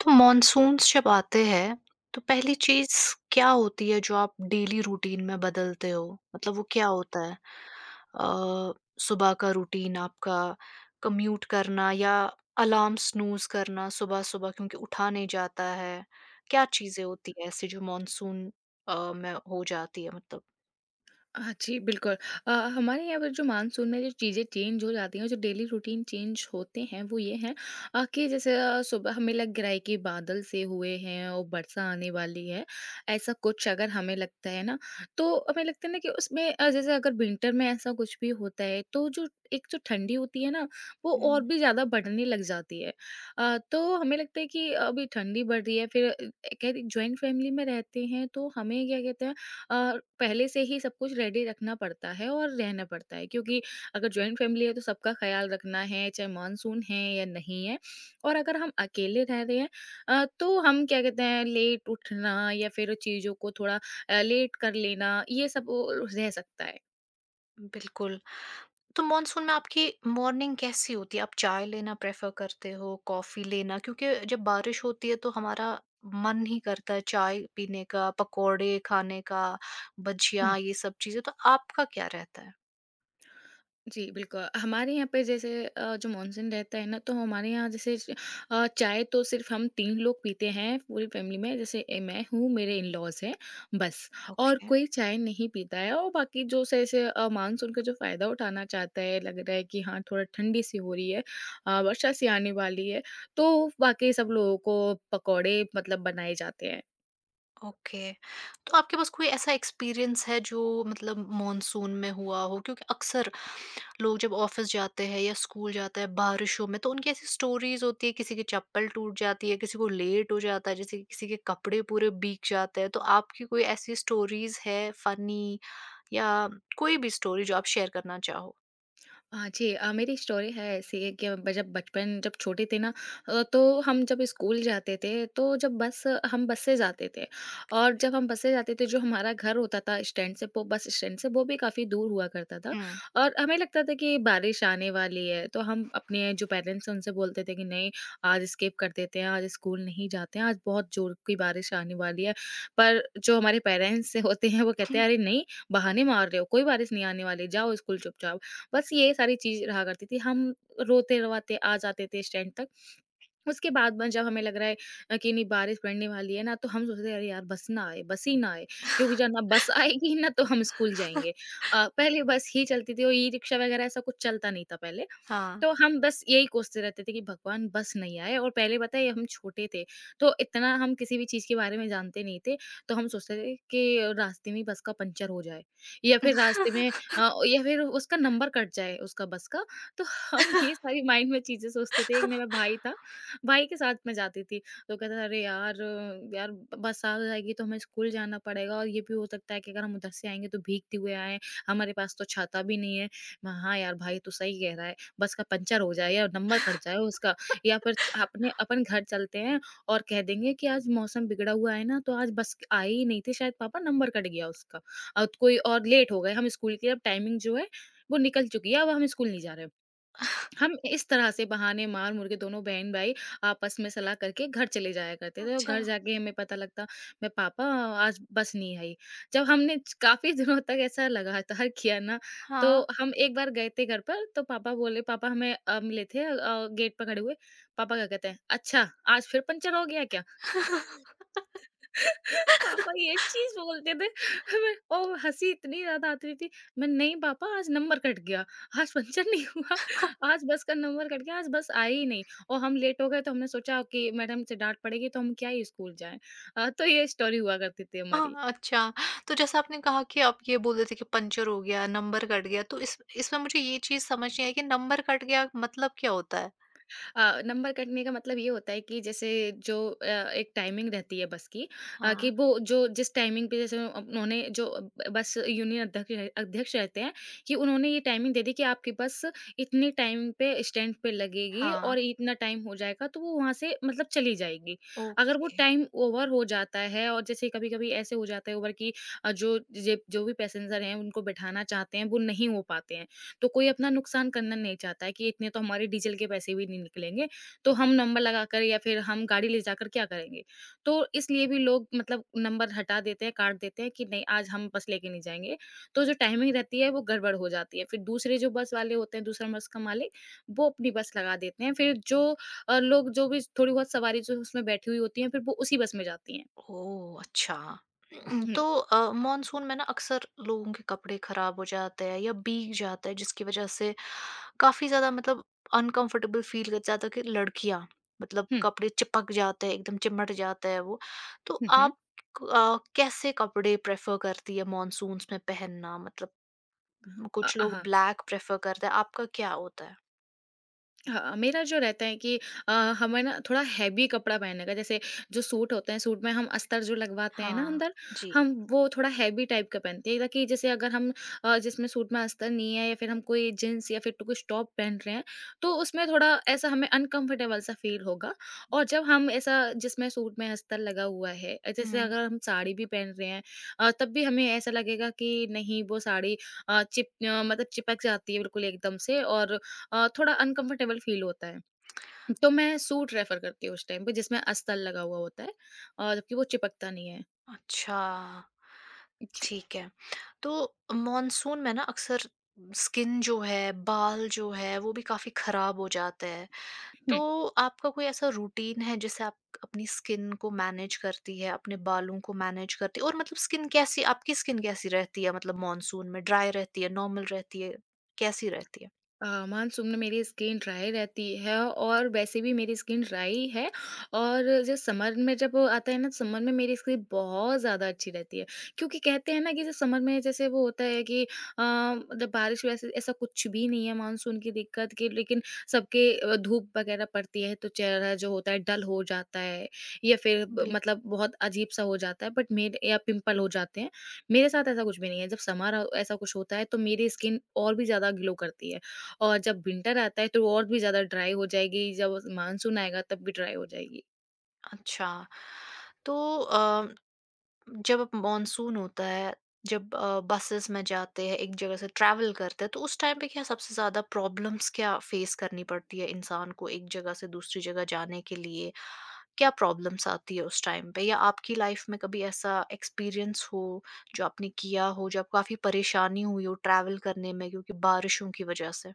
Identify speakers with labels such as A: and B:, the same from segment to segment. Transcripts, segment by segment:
A: तो मॉनसून्स जब आते हैं तो पहली चीज़ क्या होती है जो आप डेली रूटीन में बदलते हो? मतलब वो क्या होता है? अ, सुबह का रूटीन आपका कम्यूट करना या अलार्म स्नूज़ करना सुबह-सुबह क्योंकि उठा नहीं जाता है। क्या चीज़ें होती हैं ऐसी जो मॉनसून में हो जाती है मतलब?
B: हाँ जी, बिल्कुल। अ, हमारे यहाँ पर जो मानसून में जो चीज़ें चेंज हो जाती हैं, जो डेली रूटीन चेंज होते हैं, वो ये हैं कि जैसे सुबह हमें लग रहा है कि बादल से हुए हैं और वर्षा आने वाली है, ऐसा कुछ अगर हमें लगता है ना, तो हमें लगता है ना कि उसमें जैसे अगर विंटर में ऐसा कुछ भी होता है, तो जो एक जो ठंडी होती है ना, वो और भी ज़्यादा बढ़ने लग जाती है। तो हमें लगता है कि अभी ठंडी बढ़ रही है, फिर क्या ज्वाइंट फैमिली में रहते हैं, तो हमें क्या कहते हैं अ, पहले से ही सब कुछ रेडी रखना पड़ता है और रहना पड़ता है क्योंकि अगर जॉइंट फैमिली है तो सबका ख़्याल रखना है, चाहे मानसून है या नहीं है। और अगर हम अकेले रह रहे हैं तो हम क्या कहते हैं लेट उठना या फिर चीज़ों को थोड़ा लेट कर लेना ये सब रह सकता है।
A: बिल्कुल। तो मॉनसून में आपकी मॉर्निंग कैसी होती है? आप चाय लेना प्रेफ़र करते हो, कॉफ़ी लेना? क्योंकि जब बारिश होती है तो हमारा मन ही करता है चाय पीने का, पकौड़े खाने का, भजिया
B: हुँ।
A: ये सब चीज़ें, तो आपका क्या रहता है?
B: जी, बिल्कुल। हमारे यहाँ पे जैसे जो मानसून रहता है ना, तो हमारे यहाँ जैसे चाय तो सिर्फ़ हम तीन लोग पीते हैं पूरी फ़ैमिली में। जैसे मैं हूँ, मेरे इन-लॉज़ हैं, बस। और
A: ओके।
B: कोई चाय नहीं पीता है और बाकी जो स ऐसे मानसून का जो फ़ायदा उठाना चाहता है, लग रहा है कि हाँ, थोड़ा ठंडी-सी हो रही है वर्षा-सी आने वाली है, तो वाक़ई सब लोगों को पकौड़े मतलब बनाए जाते हैं।
A: ओके। तो आपके पास कोई ऐसा एक्सपीरियंस है जो मतलब मॉनसून में हुआ हो? क्योंकि अक्सर लोग जब ऑफ़िस जाते हैं या स्कूल जाते हैं बारिशों में तो उनकी ऐसी स्टोरीज़ होती है किसी की चप्पल टूट जाती है, किसी को लेट हो जाता है, जैसे कि किसी के कपड़े पूरे भीग जाते हैं। तो आपकी कोई ऐसी स्टोरीज़ है फ़नी या कोई भी स्टोरी जो आप शेयर करना चाहो?
B: हाँ जी, मेरी स्टोरी है ऐसी है कि ब जब बचपन जब छोटे थे ना, तो हम जब स्कूल जाते थे तो जब बस हम बस से जाते थे, और जब हम बस से जाते थे जो हमारा घर होता था स्टैंड से वो बस स्टैंड से वो भी काफ़ी दूर हुआ करता था।
A: हुँ।
B: और हमें लगता था कि बारिश आने वाली है तो हम अपने जो पेरेंट्स हैं उनसे बोलते थे कि नहीं, आज स्किप कर देते हैं, आज स्कूल नहीं जाते हैं, आज बहुत जोर की बारिश आने वाली है। पर जो हमारे पेरेंट्स होते हैं वो कहते हैं अरे नहीं, बहाने मार रहे हो, कोई बारिश नहीं आने वाली, जाओ स्कूल चुपचाप। बस ये सारी चीज़ रहा करती थी। हम रोते-रवाते आ जाते थे स्टैंड तक। उसके बाद में जब हमें लग रहा है कि नहीं बारिश पड़ने वाली है ना, तो हम सोचते थे अरे यार बस ना आए, बस ही ना आए, क्योंकि जब ना बस आएगी ना तो हम स्कूल जाएँगे। पहले बस ही चलती थी और ई-रिक्शा वगैरह ऐसा कुछ चलता नहीं था पहले।
A: हाँ।
B: तो हम बस यही कोसते रहते थे कि भगवान बस नहीं आए, और पहले पता है हम छोटे थे, तो इतना हम किसी भी चीज़ के बारे में जानते नहीं थे, तो हम सोचते थे कि रास्ते में ही बस का पंचर हो जाए या फिर रास्ते में या फिर उसका नंबर कट जाए उसका बस का, तो हम ये सारी माइंड में चीज़ें सोचते थे। एक मेरा भाई था, भाई के साथ मैं जाती थी, तो कहता था अरे यार, यार बस आ जाएगी तो हमें स्कूल जाना पड़ेगा, और ये भी हो सकता है कि अगर हम उधर से आएँगे तो भीगते हुए आएँ, हमारे पास तो छाता भी नहीं है। मैं हाँ यार भाई तू सही कह रहा है। बस का पंचर हो जाए या नंबर कट जाए उसका, या फिर अपन घर चलते हैं और कह देंगे कि आज मौसम बिगड़ा हुआ है ना तो आज बस आई ही नहीं थी, शायद पापा नंबर कट गया उसका, और कोई और लेट हो गए, हम स्कूल की अब टाइमिंग जो है वो निकल चुकी है, अब हम स्कूल नहीं जा रहे। हम इस तरह से बहाने मार-मुर के दोनों बहन-भाई आपस में सलाह करके घर चले जाया करते थे, और
A: अच्छा,
B: घर जाके हमें पता लगता, मैं पापा आज बस नहीं आई। जब हमने च काफ़ी दिनों तक ऐसा लगातार किया ना,
A: हाँ।
B: तो हम एक बार गए थे घर पर तो पापा बोले, पापा हमें मिले थे गेट पर खड़े हुए, पापा क्या कहते हैं, "अच्छा, आज फिर पंचर हो गया क्या?" पापा ये चीज़ बोलते थे। हमें और हँसी इतनी ज़्यादा आती थी। मैं नहीं पापा आज नंबर कट गया, आज पंचर नहीं हुआ, आज बस का नंबर कट गया, आज बस आई ही नहीं। और हम लेट हो गए तो हमने सोचा कि मैडम से डाँट पड़ेगी तो हम क्या ही स्कूल जाएँ। तो ये स्टोरी हुआ करती थी
A: हाँ,
B: हमारी।
A: अच्छा। तो जैसा आपने कहा कि आप ये बोल रहे थे कि पंचर हो गया, नंबर कट गया, तो इस इसमें मुझे ये चीज़ समझ नहीं आई कि नंबर कट गया मतलब क्या होता है?
B: नंबर कटने का मतलब ये होता है कि जैसे जो एक टाइमिंग रहती है बस की,
A: हाँ,
B: कि वो जो जिस टाइमिंग पे जैसे उन्होंने जो बस यूनियन अध्यक्ष रहते हैं कि उन्होंने ये टाइमिंग दे दी कि आपकी बस इतने टाइम पे स्टैंड पे लगेगी
A: हाँ,
B: और इतना टाइम हो जाएगा तो वो वहां से मतलब चली जाएगी। अगर
A: ओके।
B: वो टाइम ओवर हो जाता है, और जैसे कभी कभी ऐसे हो जाता है ओवर कि जो जो भी पैसेंजर हैं उनको बिठाना चाहते हैं वो नहीं हो पाते हैं, तो कोई अपना नुकसान करना नहीं चाहता है कि इतने तो हमारे डीजल के पैसे भी नहीं निकलेंगे, तो हम नंबर लगाकर या फिर हम गाड़ी ले जाकर क्या करेंगे? तो इसलिए भी लोग मतलब नंबर हटा देते हैं, काट देते हैं कि नहीं, आज हम बस लेके नहीं जाएँगे। तो जो टाइमिंग रहती है वो गड़बड़ हो जाती है। फिर दूसरे जो बस वाले होते हैं, दूसरा बस का मालिक, वो अपनी बस लगा देते हैं। फिर जो लोग जो भी थोड़ी बहुत सवारी जो उसमें बैठी हुई होती हैं, फिर वो उसी बस में जाती हैं।
A: ओह! अच्छा। तो
B: हुँ,
A: मानसून में ना अक्सर लोगों के कपड़े खराब हो जाते हैं या भीग जाते हैं जिसकी वज़ह से काफ़ी ज़्यादा मतलब अनकम्फर्टेबल फ़ील कर ज़्यादा कि लड़कियाँ मतलब
B: हुँ,
A: कपड़े चिपक जाते हैं, एकदम चिमट जाते हैं वो। तो
B: हुँ, हुँ।
A: आप कैसे कपड़े प्रेफ़र करती है मानसून्स में पहनना? मतलब कुछ लोग
B: हाँ।
A: ब्लैक प्रेफ़र करते हैं, आपका क्या होता है?
B: हाँ, मेरा जो रहता है कि अ, हमें ना थोड़ा हैवी कपड़ा पहनने का, जैसे जो सूट होते हैं सूट में हम अस्तर जो लगवाते हैं ना
A: हाँ।
B: अंदर,
A: जी।
B: हम वो थोड़ा हैवी टाइप का पहनते हैं, ताकि जैसे अगर हम जिसमें सूट में अस्तर नहीं है या फिर हम कोई जींस या फिर तो कुछ टॉप पहन रहे हैं तो उसमें थोड़ा ऐसा हमें अनकंफर्टेबल सा फील होगा। और जब हम ऐसा जिसमें सूट में अस्तर लगा हुआ है, जैसे
A: हुँ।
B: अगर हम साड़ी भी पहन रहे हैं, तब भी हमें ऐसा लगेगा कि नहीं वो साड़ी मतलब चिपक जाती है बिल्कुल एकदम से, और थोड़ा अनकंफर्टेबल फ़ील होता है। तो मैं सूट रेफ़र करती हूँ उस टाइम पे जिसमें अस्तर लगा हुआ होता है, जबकि वो चिपकता नहीं है।
A: अच्छा।
B: जी।
A: ठीक है। तो मॉनसून में ना अक्सर स्किन जो है, बाल जो है, वो भी काफ़ी खराब हो जाते हैं। तो आपका कोई ऐसा रूटीन है जिससे आप अपनी स्किन को मैनेज करती है, अपने बालों को मैनेज करती है और मतलब स्किन कैसी आपकी स्किन कैसी रहती है मतलब मॉनसून में? ड्राई रहती है, नॉर्मल रहती है, कैसी रहती है?
B: मानसून में मेरी स्किन ड्राई रहती है, और वैसे भी मेरी स्किन ड्राई है। और जो समर में जब वो आता है ना, समर में मेरी स्किन बहुत ज़्यादा अच्छी रहती है, क्योंकि कहते हैं ना कि जैसे समर में जैसे वो होता है कि मतलब बारिश वैसे ऐसा कुछ भी नहीं है मानसून की दिक्कत की, लेकिन सबके धूप वगैरह पड़ती है तो चेहरा जो होता है डल हो जाता है, या फिर
A: बिल
B: मतलब बहुत अजीब सा हो जाता है, बट मेरे या पिंपल हो जाते हैं, मेरे साथ ऐसा कुछ भी नहीं है। जब समर ऐसा कुछ होता है तो मेरी स्किन और भी ज़्यादा ग्लो करती है, और जब विंटर आता है तो और भी ज़्यादा ड्राई हो जाएगी, जब मानसून आएगा तब भी ड्राई हो जाएगी।
A: अच्छा। तो अ जब मानसून होता है, जब बसेस में जाते हैं, एक जगह से ट्रैवल करते हैं, तो उस टाइम पे क्या सबसे ज़्यादा प्रॉब्लम्स क्या फेस करनी पड़ती है इंसान को एक जगह से दूसरी जगह जाने के लिए? क्या प्रॉब्लम्स आती है उस टाइम पे? या आपकी लाइफ में कभी ऐसा एक्सपीरियंस हो, जो आपने किया हो, जो आपको काफ़ी परेशानी हुई हो ट्रैवल करने में क्योंकि बारिशों की वजह से?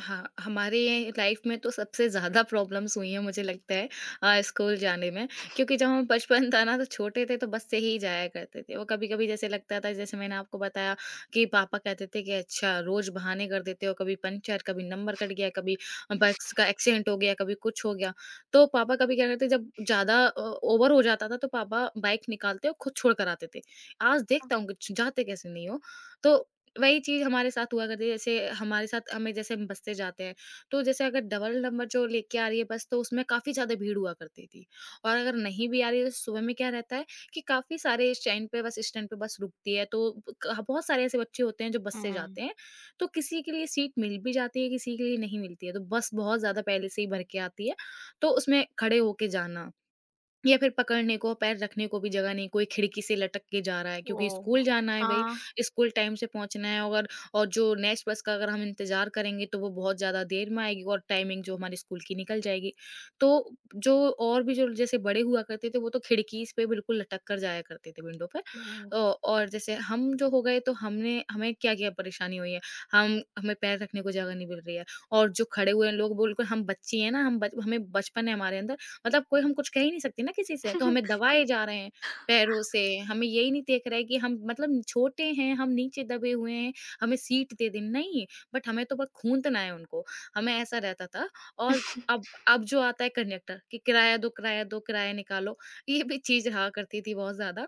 B: हाँ, हमारे लाइफ में तो सबसे ज़्यादा प्रॉब्लम्स हुई हैं मुझे लगता है स्कूल जाने में, क्योंकि जब हम बचपन था ना तो छोटे थे तो बस से ही जाया करते थे। वो कभी-कभी जैसे लगता था, जैसे मैंने आपको बताया कि पापा कहते थे कि अच्छा रोज़ बहाने कर देते हो, कभी पंचर, कभी नंबर कट गया, कभी बस का एक्सीडेंट हो गया, कभी कुछ हो गया। तो पापा कभी क्या करते, जब ज़्यादा ओवर हो जाता था तो पापा बाइक निकालते और खुद छोड़ कर आते थे। आज देखता हूँ कि जाते कैसे नहीं हो। तो वही चीज़ हमारे साथ हुआ करती है, जैसे हमारे साथ हमें जैसे हम बस से जाते हैं, तो जैसे अगर डबल नंबर जो लेके आ रही है बस, तो उसमें काफ़ी ज़्यादा भीड़ हुआ करती थी। और अगर नहीं भी आ रही है, तो सुबह में क्या रहता है कि काफ़ी सारे स्टैंड पे बस रुकती है, तो क हाँ, बहुत सारे ऐसे बच्चे होते हैं जो बस से
A: हुँ।
B: जाते हैं, तो किसी के लिए सीट मिल भी जाती है, किसी के लिए नहीं मिलती है, तो बस बहुत ज़्यादा पहले से ही भर के आती है, तो उसमें खड़े होके जाना। या फिर पकड़ने को, पैर रखने को भी जगह नहीं, कोई खिड़की से लटक के जा रहा है, क्योंकि
A: ओह!
B: स्कूल जाना है भई,
A: हाँ।
B: स्कूल टाइम से पहुँचना है, और जो नेक्स्ट बस का अगर हम इंतज़ार करेंगे तो वो बहुत ज़्यादा देर में आएगी और टाइमिंग जो हमारे स्कूल की निकल जाएगी। तो जो और भी जो जैसे बड़े हुआ करते थे वो तो खिड़कीज़ पे बिल्कुल लटक कर जाया करते थे विंडो पे।
A: ओह!
B: अ, और जैसे हम जो हो गए तो हमने हमें क्या-क्या परेशानी हुई है, हम हमें पैर रखने को जगह नहीं मिल रही है और जो खड़े हुए हैं लोग बिल्कुल हम बच्चे हैं ना, हम बच हमें बचपन है हमारे अंदर। मतलब कोई हम कुछ कह ही नहीं सकते ना किसी से, तो हमें दबाए जा रहे हैं पैरों से, हमें यही नहीं देख रहा है कि हम मतलब छोटे हैं, हम नीचे दबे हुए हैं, हमें सीट दे दें, नहीं, बट हमें तो बस खूंदना है उनको, हमें ऐसा रहता था। और अब अब जो आता है कंडक्टर कि किराया दो, किराया दो, किराया निकालो, ये भी चीज़ रहा करती थी बहुत ज़्यादा।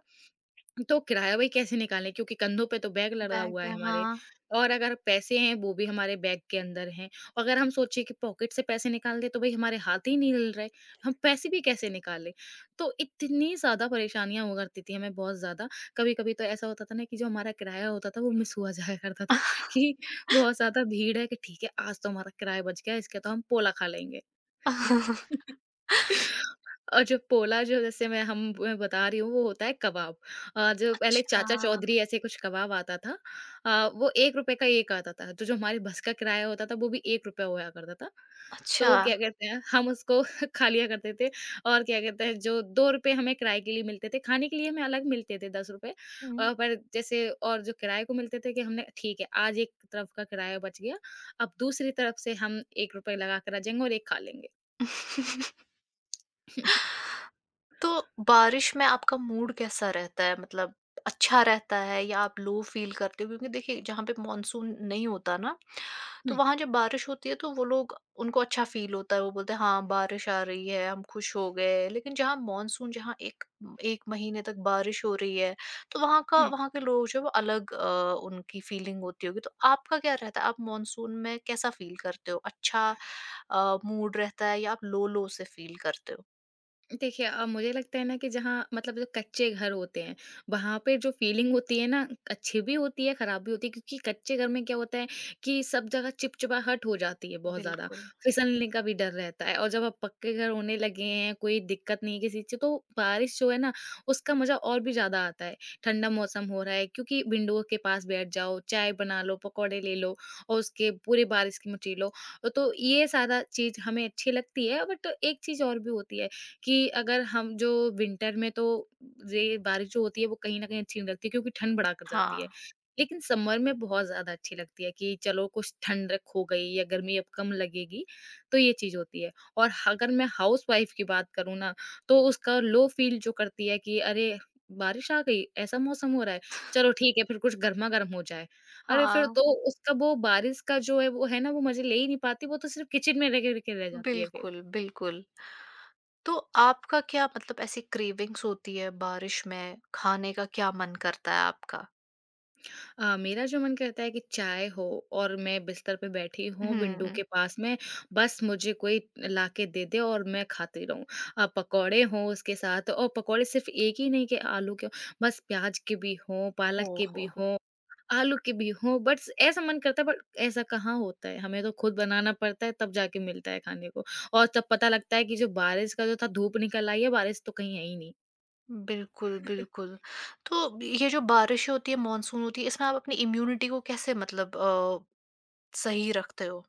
B: तो किराया वही कैसे निकालें क्योंकि कंधों पे तो बैग लगा
A: बैग
B: हुआ है
A: है,
B: हमारे।
A: हाँ।
B: और अगर पैसे हैं वो भी हमारे बैग के अंदर हैं। और अगर हम सोचिए कि पॉकेट से पैसे निकाल दें तो भाई हमारे हाथ ही नहीं हिल रहे। हम पैसे भी कैसे निकालें। तो इतनी ज़्यादा परेशानियां हुआ करती थी हमें बहुत ज़्यादा। कभी कभी तो ऐसा होता था ना कि जो हमारा किराया होता था वो मिस हुआ जाया करता था कि बहुत ज़्यादा भीड़ है कि ठीक है आज तो हमारा किराया बच गया इसके तो हम पोला खा लेंगे। और जो पोला जो जैसे मैं बता रही हूँ वो होता है कबाब। जो पहले
A: अच्छा।
B: चाचा चौधरी ऐसे कुछ कबाब आता था। वो ₹1 का 1 आता था। तो जो हमारी बस का किराया होता था वो भी ₹1 हुआ करता था।
A: अच्छा।
B: तो क्या कहते हैं हम उसको खा लिया करते थे। और क्या कहते हैं जो ₹2 हमें किराए के लिए मिलते थे, खाने के लिए हमें अलग मिलते थे ₹10।
A: हुँ।
B: पर जैसे और जो किराए को मिलते थे कि हमने ठीक है आज एक तरफ का किराया बच गया, अब दूसरी तरफ से हम ₹1 लगा कर आ जाएँगे और 1 खा लेंगे।
A: तो बारिश में आपका मूड कैसा रहता है? मतलब अच्छा रहता है या आप लो फ़ील करते हो? क्योंकि देखिए जहाँ पे मॉनसून नहीं होता ना, तो वहाँ जब बारिश होती है तो वो लोग उनको अच्छा फ़ील होता है। वो बोलते हैं हाँ, बारिश आ रही है, हम खुश हो गए। लेकिन जहाँ मॉनसून जहाँ 1 1 महीने तक बारिश हो रही है, तो
B: हुँ।
A: वहाँ के लोग जो है वो अलग उनकी फ़ीलिंग होती होगी। तो आपका क्या रहता है? आप मॉनसून में कैसा फ़ील करते हो? अच्छा मूड रहता है या आप लो-लो से फ़ील करते हो?
B: देखिए, मुझे लगता है ना कि जहाँ मतलब जो कच्चे घर होते हैं वहाँ पे जो फीलिंग होती है ना अच्छी भी होती है खराब भी होती है क्योंकि कच्चे घर में क्या होता है कि सब जगह चिपचिपाहट हो जाती है बहुत ज्यादा।
A: बिल्कुल,
B: फिसलने का भी डर रहता है और जब आप पक्के घर होने लगे हैं कोई दिक्कत नहीं है किसी चीज तो बारिश जो है ना उसका मजा और भी ज्यादा आता है। ठंडा मौसम हो रहा है क्योंकि विंडो के पास बैठ जाओ चाय बना लो पकौड़े ले लो और उसके पूरे बारिश की मची लो। तो ये सारा चीज हमें अच्छी लगती है बट एक चीज और भी होती है कि अगर हम जो विंटर में तो ये बारिश जो होती है वो कहीं न कहीं अच्छी नहीं लगती क्योंकि ठंड बढ़ा कर जाती
A: हाँ,
B: है। लेकिन समर में बहुत ज़्यादा अच्छी लगती है कि चलो कुछ ठंडक हो गई या गर्मी अब कम लगेगी, तो ये चीज़ होती है। और ह अगर मैं हाउसवाइफ़ की बात करूँ ना, तो उसका लो फ़ील जो करती है कि अरे! बारिश आ गई, ऐसा मौसम हो रहा है, चलो ठीक है फिर कुछ गरमा-गरम हो जाए। अरे! फिर
A: हाँ,
B: तो उसका वो बारिश का जो है वो है ना वो मज़े ले ही नहीं पाती, वो तो सिर्फ़ किचन में रह कर के रह जाती है फिर।
A: बिल्कुल, बिल्कुल। तो आपका क्या मतलब ऐसी क्रेविंग्स होती है बारिश में, खाने का क्या मन करता है आपका?
B: मेरा जो मन करता है कि चाय हो और मैं बिस्तर पे बैठी हूँ विंडो
A: हुँ,
B: के पास में, बस मुझे कोई लाके दे दे और मैं खाती रहूँ। पकौड़े हों उसके साथ और पकौड़े सिर्फ़ एक ही नहीं कि आलू के हों, बस प्याज के भी हों, पालक
A: ओह
B: के
A: हो,
B: भी
A: हो!
B: हों, आलू के भी हों, बट ऐसा मन करता है बट ऐसा कहाँ होता है, हमें तो खुद बनाना पड़ता है तब जाके मिलता है खाने को। और तब पता लगता है कि जो बारिश का जो था धूप निकल आई है, बारिश तो कहीं है ही नहीं।
A: बिल्कुल, बिल्कुल। तो ये जो बारिश होती है, मॉनसून होती है, इसमें आप अपनी इम्यूनिटी को कैसे मतलब सही रखते हो?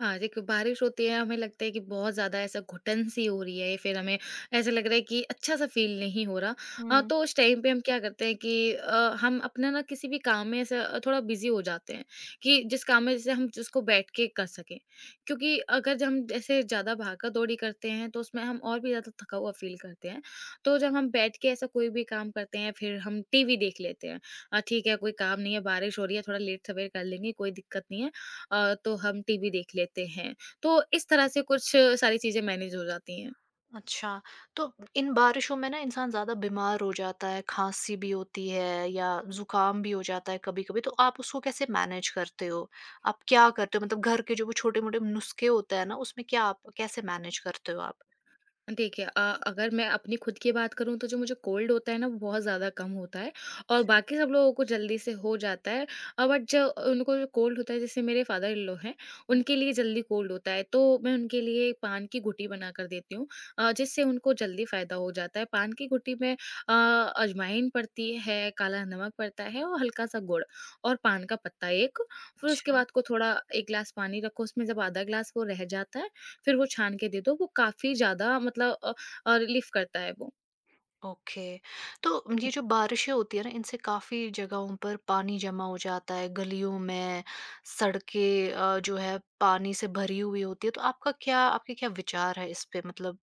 B: हाँ, देखो, बारिश होती है हमें लगता है कि बहुत ज़्यादा ऐसा घुटन सी हो रही है या फिर हमें ऐसा लग रहा है कि अच्छा-सा फ़ील नहीं हो रहा। तो उस टाइम पे हम क्या करते हैं कि हम अपना ना किसी भी काम में ऐसा थोड़ा बिज़ी हो जाते हैं कि जिस काम में जैसे हम जिसको बैठ के कर सकें। क्योंकि अगर जब हम जैसे ज़्यादा भागा-दौड़ी करते हैं तो उसमें हम और भी ज़्यादा थका हुआ फ़ील करते हैं। तो जब हम बैठ के ऐसा कोई भी काम करते हैं फिर हम टीवी देख लेते हैं। ठीक है कोई काम नहीं है, बारिश हो रही है, थोड़ा लेट-सवेर कर लेंगे, कोई दिक्कत नहीं है। तो हम टीवी देख लेते हैं। तो इस तरह से कुछ सारी चीज़ें मैनेज हो जाती हैं।
A: अच्छा, तो इन बारिशों में ना इंसान ज़्यादा बीमार हो जाता है, खाँसी भी होती है या ज़ुकाम भी हो जाता है कभी-कभी, तो आप उसको कैसे मैनेज करते हो? आप क्या करते हो? मतलब घर के जो वो छोटे-मोटे नुस्खे होते हैं ना, उसमें क्या आप कैसे मैनेज करते हो आप?
B: देखिए, अगर मैं अपनी खुद की बात करूँ तो जो मुझे कोल्ड होता है ना वो बहुत ज़्यादा कम होता है और बाकी सब लोगों को जल्दी से हो जाता है। बट जो उनको जो कोल्ड होता है जैसे मेरे फादर इन लॉ हैं
A: हुँ,
B: उनके लिए जल्दी कोल्ड होता है तो मैं उनके लिए पान की घुटी बना कर देती हूँ। जिससे उनको जल्दी फ़ायदा हो जाता है पान की घुटी में अजवाइन पड़ती है काला नमक पड़ता है और हल्का सा गुड़ और पान का पत्ता एक। फिर उसके
A: अच्छा।
B: बाद को थोड़ा एक गिलास पानी रखो उसमें जब आधा गिलास वो रह जाता है फिर वो छान के दे दो, वो काफ़ी ज़्यादा मतलब रिलीफ़ करता है वो।
A: ओके। तो ये जो बारिशें होती है ना इनसे काफ़ी जगहों पर पानी जमा हो जाता है गलियों में सड़कें जो है पानी से भरी हुई होती है तो आपका क्या आपके क्या विचार है इस पे मतलब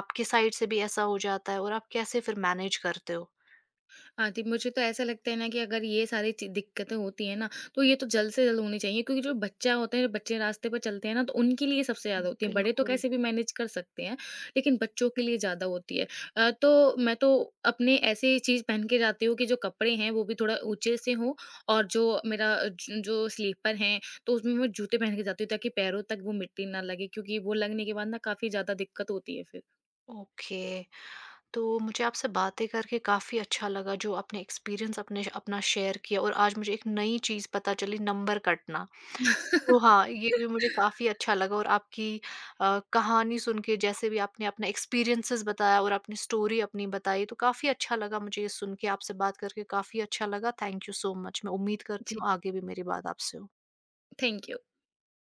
A: आपके साइड से भी ऐसा हो जाता है और आप कैसे फिर मैनेज करते हो
B: हाँ, जी, मुझे तो ऐसा लगता है ना कि अगर ये सारी चि दिक्कतें होती हैं ना, तो ये तो जल्द से जल्द होनी चाहिए क्योंकि जो बच्चा होते हैं, जो बच्चे रास्ते पे चलते हैं ना, तो उनके लिए सबसे ज़्यादा होती है। बड़े तो
A: बिल्कुल।
B: कैसे भी मैनेज कर सकते हैं, लेकिन बच्चों के लिए ज़्यादा होती है। तो मैं तो अपने ऐसी चीज़ पहन के जाती हूँ कि जो कपड़े हैं, वो भी थोड़ा ऊँचे से हों और जो मेरा ज जो स्लीपर हैं, तो उसमें मैं जूते पहन के जाती हूँ ताकि पैरों तक वो मिट्टी ना लगे क्योंकि वो लगने के बाद ना काफ़ी ज़्यादा दिक्कत होती है फिर।
A: ओके। तो मुझे आपसे बातें करके काफ़ी अच्छा लगा जो आपने एक्सपीरियंस अपने अपना शेयर किया और आज मुझे एक नई चीज़ पता चली नंबर कटना। तो हाँ, ये भी मुझे काफ़ी अच्छा लगा और आपकी कहानी सुन के जैसे भी आपने अपना एक्सपीरियंसेस बताया और आपने स्टोरी अपनी बताई तो काफ़ी अच्छा लगा मुझे ये सुन के। आपसे बात करके काफ़ी अच्छा लगा। Thank you so much. मैं उम्मीद करती
B: जी,
A: हूँ आगे भी मेरी बात आपसे हो।
B: Thank you.